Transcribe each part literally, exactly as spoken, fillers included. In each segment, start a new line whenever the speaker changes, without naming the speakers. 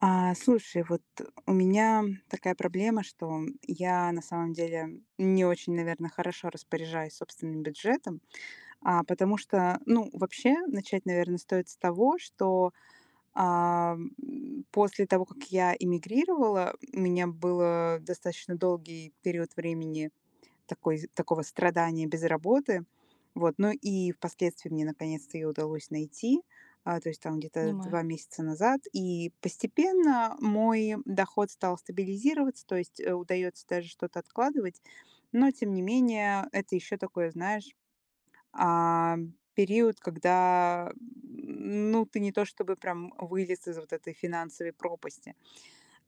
А, слушай, вот у меня такая проблема, что я на самом деле не очень, наверное, хорошо распоряжаюсь собственным бюджетом, а, потому что, ну, вообще начать, наверное, стоит с того, что а, м, после того, как я эмигрировала, у меня был достаточно долгий период времени такой такого страдания без работы. Вот, ну и впоследствии мне наконец-то ее удалось найти, а, то есть там где-то
Понимаю,
два месяца назад. И постепенно мой доход стал стабилизироваться, то есть, э, удаётся даже что-то откладывать. Но тем не менее, это еще такое, знаешь, а, период, когда, м, ну, ты не то чтобы прям вылез из вот этой финансовой пропасти.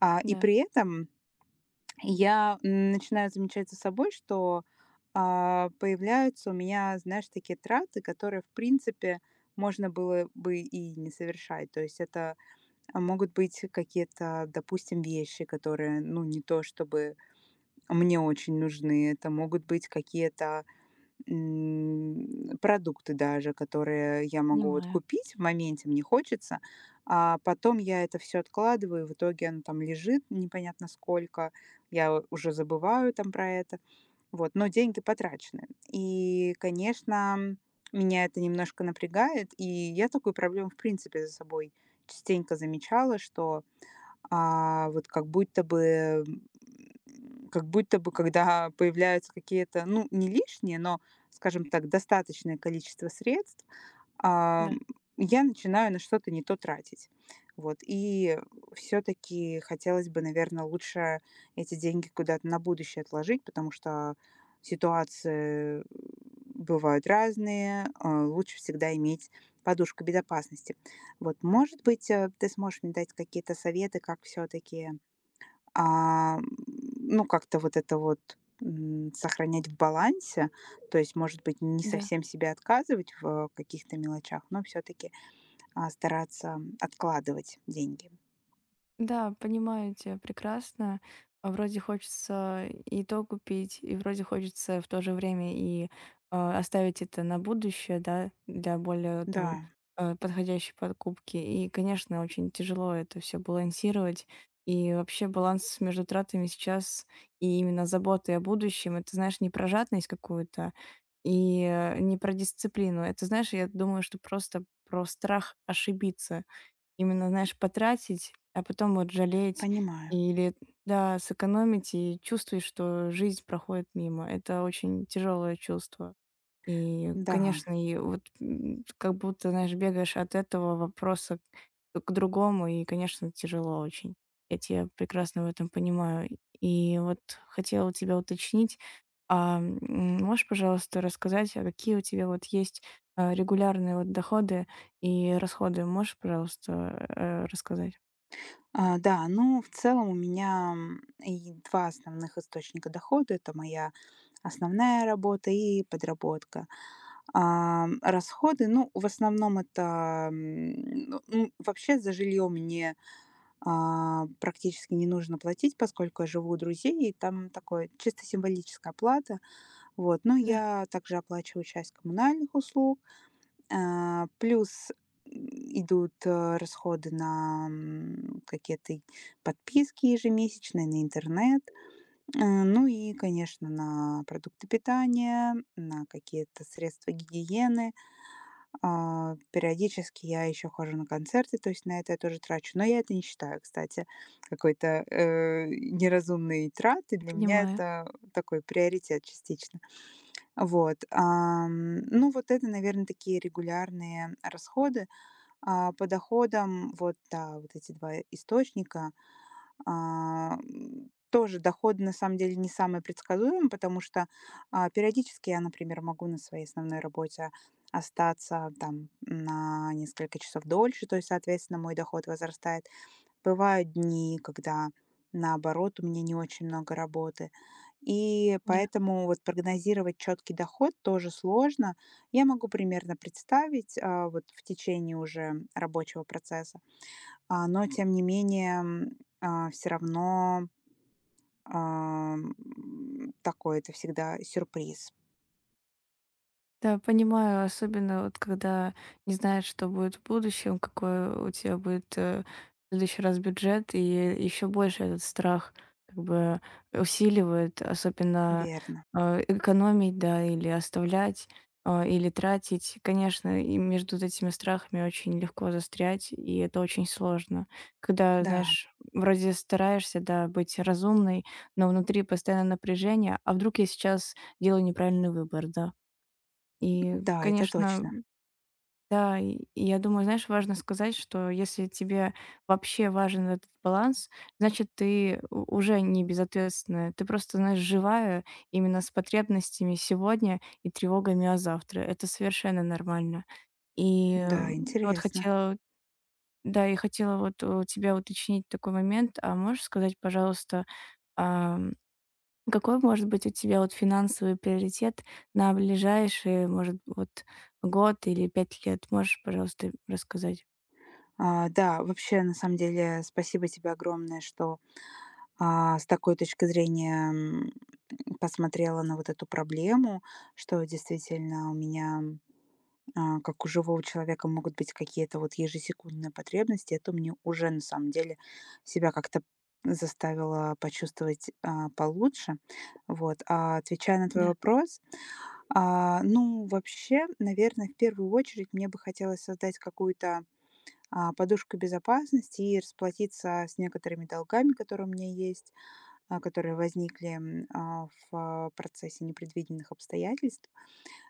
А, и
да,
при этом я, м, начинаю замечать за собой, что, а, появляются у меня, знаешь, такие траты, которые, в принципе, можно было бы и не совершать. То есть это, а, могут быть какие-то, допустим, вещи, которые, ну, не то чтобы мне очень нужны. Это могут быть какие-то, М, продукты даже, которые я могу вот
понимаю,
купить, в моменте мне хочется, а потом я это все откладываю, в итоге оно там лежит непонятно сколько, я у уже забываю там про это, вот, но деньги потрачены. И, конечно, меня это немножко напрягает, и я такую проблему, в принципе, за собой частенько замечала, что а, вот как будто бы, м, как будто бы, когда появляются какие-то, ну, не лишние, но, скажем так, достаточное количество средств,
да,
ам, я начинаю на что-то не то тратить. Вот. И все-таки хотелось бы, наверное, лучше эти деньги куда-то на будущее отложить, потому что ситуации бывают разные. а, Лучше всегда иметь подушку безопасности. Вот, может быть, э, ты сможешь мне дать какие-то советы, как все-таки а, м, ну, как-то вот это вот м, сохранять в балансе, то есть, может быть, не
да.
совсем себе отказывать в каких-то мелочах, но все-таки стараться откладывать деньги.
Да, понимаю тебя прекрасно. А Вроде хочется и то купить, и вроде хочется в то же время и а, оставить это на будущее, да, для более
Да,
там а, подходящей покупки. И, конечно, очень тяжело это все балансировать. И вообще баланс между тратами сейчас и именно заботой о будущем, это, знаешь, не про жадность какую-то и э, не про дисциплину. Это, знаешь, я думаю, что просто про страх ошибиться. Именно, знаешь, потратить, а потом вот жалеть,
понимаю.
или, да, сэкономить, и чувствуешь, что жизнь проходит мимо. Это очень тяжелое чувство. И,
Да.
конечно, и вот, м, как будто, знаешь, бегаешь от этого вопроса к к другому, и, конечно, тяжело очень. Я тебя прекрасно в этом понимаю. И вот хотела у тебя уточнить, а, м, можешь, пожалуйста, рассказать, а какие у тебя вот есть, а, регулярные вот доходы и расходы? Можешь, пожалуйста, э, рассказать?
А, да, ну, в целом у меня м, и два основных источника дохода. Это моя основная работа и подработка. А, расходы, ну, в основном это... м, ну, м, вообще за жилье мне А, практически не нужно платить, поскольку я живу у друзей, и там такое чисто символическая плата. Вот, но
Да,
я также оплачиваю часть коммунальных услуг, а, плюс м, идут э, расходы на м, какие-то и подписки ежемесячные, на интернет, э, ну и, конечно, на продукты питания, на какие-то средства гигиены, а, периодически я еще хожу на концерты, то есть на это я тоже трачу. Но я это не считаю, кстати, какой-то, э, неразумной траты. Для меня
понимаю,
это такой приоритет частично. Вот, ам, ну, вот это, наверное, такие регулярные расходы. А, по доходам, вот, да, вот эти два источника. А, м, тоже доходы на самом деле не самые предсказуемые, потому что, а, периодически я, например, могу на своей основной работе остаться там на несколько часов дольше, то есть, соответственно, мой доход возрастает. Бывают дни, когда, наоборот, у меня не очень много работы. И
да.
поэтому вот прогнозировать четкий доход тоже сложно. Я могу примерно представить, а, вот в течение уже рабочего процесса, а, но тем не менее, все равно а, м, такой это всегда сюрприз.
Да, понимаю, особенно вот когда не знаешь, что будет в будущем, какой у тебя будет э, в следующий раз бюджет, и еще больше этот страх как бы усиливает, особенно
Верно.
э, экономить, да, или оставлять, э, или тратить. Конечно, и между вот этими страхами очень легко застрять, и это очень сложно. Когда,
Да,
знаешь, вроде стараешься, да, быть разумной, но внутри постоянно напряжение, а вдруг я сейчас делаю неправильный выбор, да? И,
да, это
конечно,
точно.
да, и и я думаю, знаешь, важно сказать, что если тебе вообще важен этот баланс, значит, ты у- уже не безответственная. Ты просто, знаешь, живая именно с потребностями сегодня и тревогами о завтра. Это совершенно нормально. И
Да,
э, вот
интересно.
хотела, да, и хотела вот у тебя уточнить такой момент. А можешь сказать, пожалуйста, а, какой может быть у тебя вот финансовый приоритет на ближайшие, может, вот год или пять лет? Можешь, пожалуйста, рассказать?
А, да, вообще, на самом деле, спасибо тебе огромное, что А, с такой точки зрения, м, посмотрела на вот эту проблему, что действительно у меня, а, как у живого человека, могут быть какие-то вот ежесекундные потребности. Это мне уже на самом деле себя как-то заставило почувствовать а, получше. Вот. А отвечая на твой
Да,
вопрос, а, ну, вообще, наверное, в первую очередь мне бы хотелось создать какую-то а, подушку безопасности и расплатиться с некоторыми долгами, которые у меня есть, а, которые возникли м, а, в а, процессе непредвиденных обстоятельств.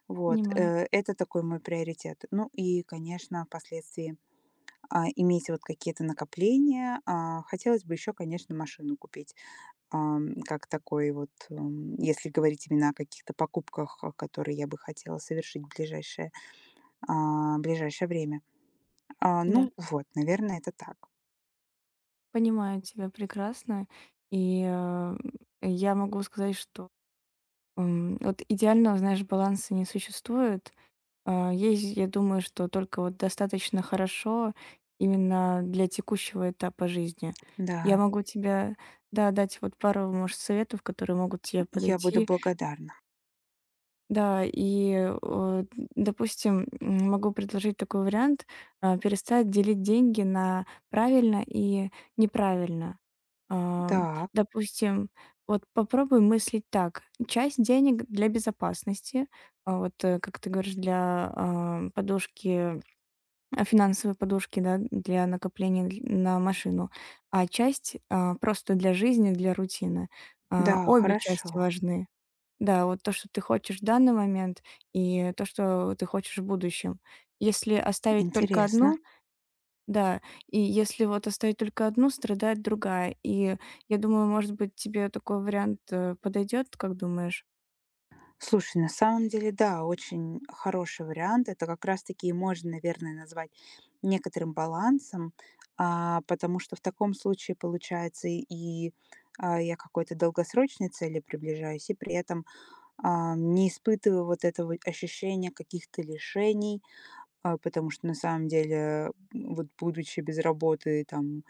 Вот,
понимаю.
э, это такой мой приоритет. Ну и, конечно, впоследствии а, иметь вот какие-то накопления. А, Хотелось бы еще, конечно, машину купить, Ам, как такой вот, м, если говорить именно о каких-то покупках, а, которые я бы хотела совершить в ближайшее, а, ближайшее время. А,
Да.
Ну вот, наверное, это так.
Понимаю тебя прекрасно. И э, я могу сказать, что м, вот идеального, знаешь, баланса не существует. А, Есть, я думаю, что только вот достаточно хорошо именно для текущего этапа жизни. Я
Да,
могу тебе, да, дать вот пару, может, советов, которые могут тебе
я буду
подойти.
благодарна.
Да, и, э, допустим, м, могу предложить такой вариант, а, перестать делить деньги на правильно и неправильно. А,
Так,
допустим, вот попробуй мыслить так: часть денег для безопасности, а, вот, э, как ты говоришь, для, а, подушки, а, финансовой подушки, да, для накопления дл на машину, а часть, а, просто для жизни, для рутины. А,
да,
обе
хорошо,
части важны. Да, вот то, что ты хочешь в данный момент, и то, что ты хочешь в будущем. Если оставить только
интересно.
одну, да, и если вот оставить только одну, страдает другая. И я думаю, может быть, тебе такой вариант э, подойдет, как думаешь?
Слушай, на самом деле, да, очень хороший вариант. Это как раз-таки и можно, наверное, назвать некоторым балансом, а, потому что в таком случае получается и и, а, я к какой-то долгосрочной цели приближаюсь, и при этом а, не испытываю вот этого ощущения каких-то лишений, а, потому что на самом деле, м, вот будучи без работы там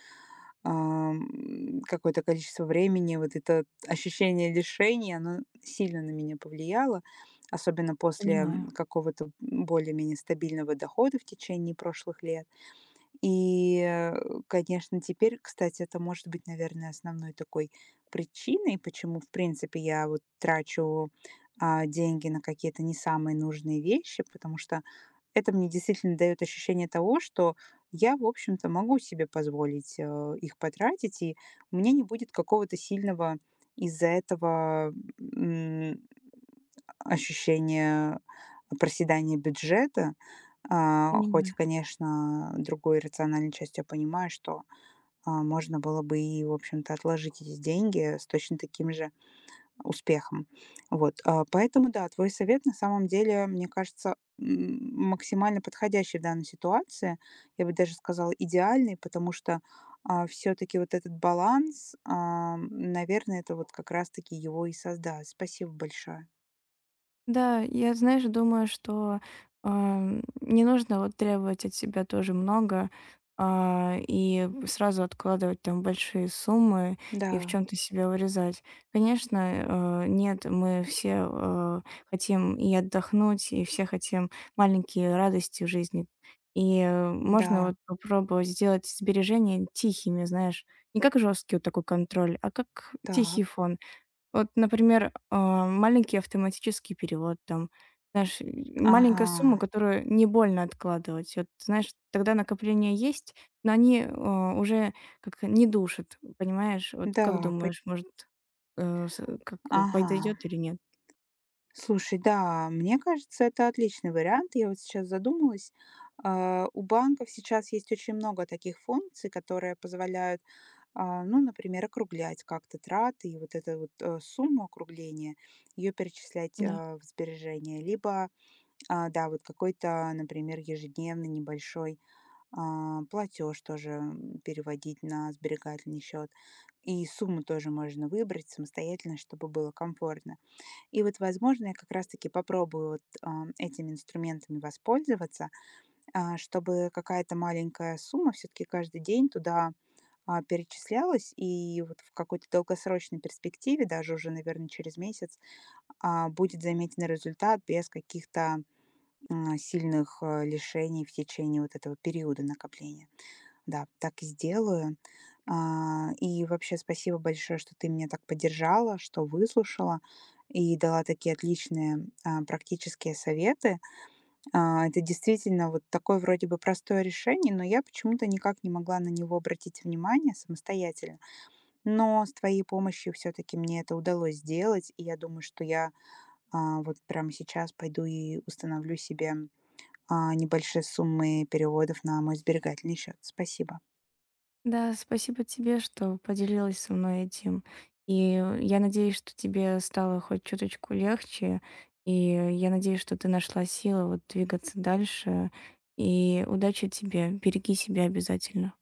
ам, какое-то количество времени. Вот это ощущение лишения, оно сильно на меня повлияло, особенно после
Понимаю,
какого-то более-менее стабильного дохода в течение прошлых лет. И, э, конечно, теперь, кстати, это может быть, наверное, основной такой причиной, почему, в принципе, я вот трачу, а, деньги на какие-то не самые нужные вещи, потому что это мне действительно дает ощущение того, что я, в общем-то, могу себе позволить, э, их потратить, и у меня не будет какого-то сильного из-за этого, м, ощущения проседания бюджета. А, хоть,
понимаю.
конечно, другой рациональной частью я понимаю, что, а, можно было бы и, в общем-то, отложить эти деньги с точно таким же успехом. Вот, а, поэтому да, твой совет на самом деле, мне кажется, м, максимально подходящий в данной ситуации. Я бы даже сказала, идеальный, потому что все таки вот этот баланс, ам, наверное, это вот как раз таки его и создаст. Спасибо большое.
Да, я, знаешь, думаю, что, ам, не нужно вот требовать от себя тоже много, а, и сразу откладывать там большие суммы и в
Да,
чем то себя вырезать. Конечно, э, нет, мы все, э, хотим и отдохнуть, и все хотим маленькие радости в жизни. И, э, можно
да,
вот попробовать сделать сбережения тихими, знаешь, не как жесткий вот такой контроль, а как
так,
тихий фон. Вот, например, а, маленький автоматический перевод там. Знаешь, м, маленькая сумма,
ага,
которую не больно откладывать. Вот, знаешь, тогда накопления есть, но они, а, уже как не душат, понимаешь? Вот как
да, пон
думаешь, может, э, с как, э,
ага.
подойдет или нет?
Слушай, да, мне кажется, это отличный вариант. Я вот сейчас задумалась. а, У банков сейчас есть очень много таких функций, которые позволяют, а, ну, например, округлять как-то траты и вот эту вот э, сумму округления, ее перечислять
Да.
э, в сбережения. Либо, а, да, вот какой-то, например, ежедневный небольшой платеж тоже м, переводить на сберегательный счет. И сумму тоже можно выбрать самостоятельно, чтобы было комфортно. И вот, возможно, я как раз-таки попробую вот, ам, этими инструментами воспользоваться, а, чтобы какая-то маленькая сумма все-таки каждый день туда а, перечислялась, и вот в какой-то долгосрочной перспективе, даже уже, наверное, через месяц, а, будет заметен результат без каких-то м, сильных э, лишений в течение вот этого периода накопления. Да, так и сделаю. А, и вообще спасибо большое, что ты меня так поддержала, что выслушала и дала такие отличные, а, практические советы. А, это действительно вот такое вроде бы простое решение, но я почему-то никак не могла на него обратить внимание самостоятельно. Но с твоей помощью все-таки мне это удалось сделать, и я думаю, что я а, вот прямо сейчас пойду и установлю себе а, небольшие суммы переводов на мой сберегательный счет. Спасибо.
Да, спасибо тебе, что поделилась со мной этим. И э, я надеюсь, что тебе стало хоть чуточку легче. И я надеюсь, что ты нашла силы вот двигаться дальше. И удачи тебе. Береги себя обязательно.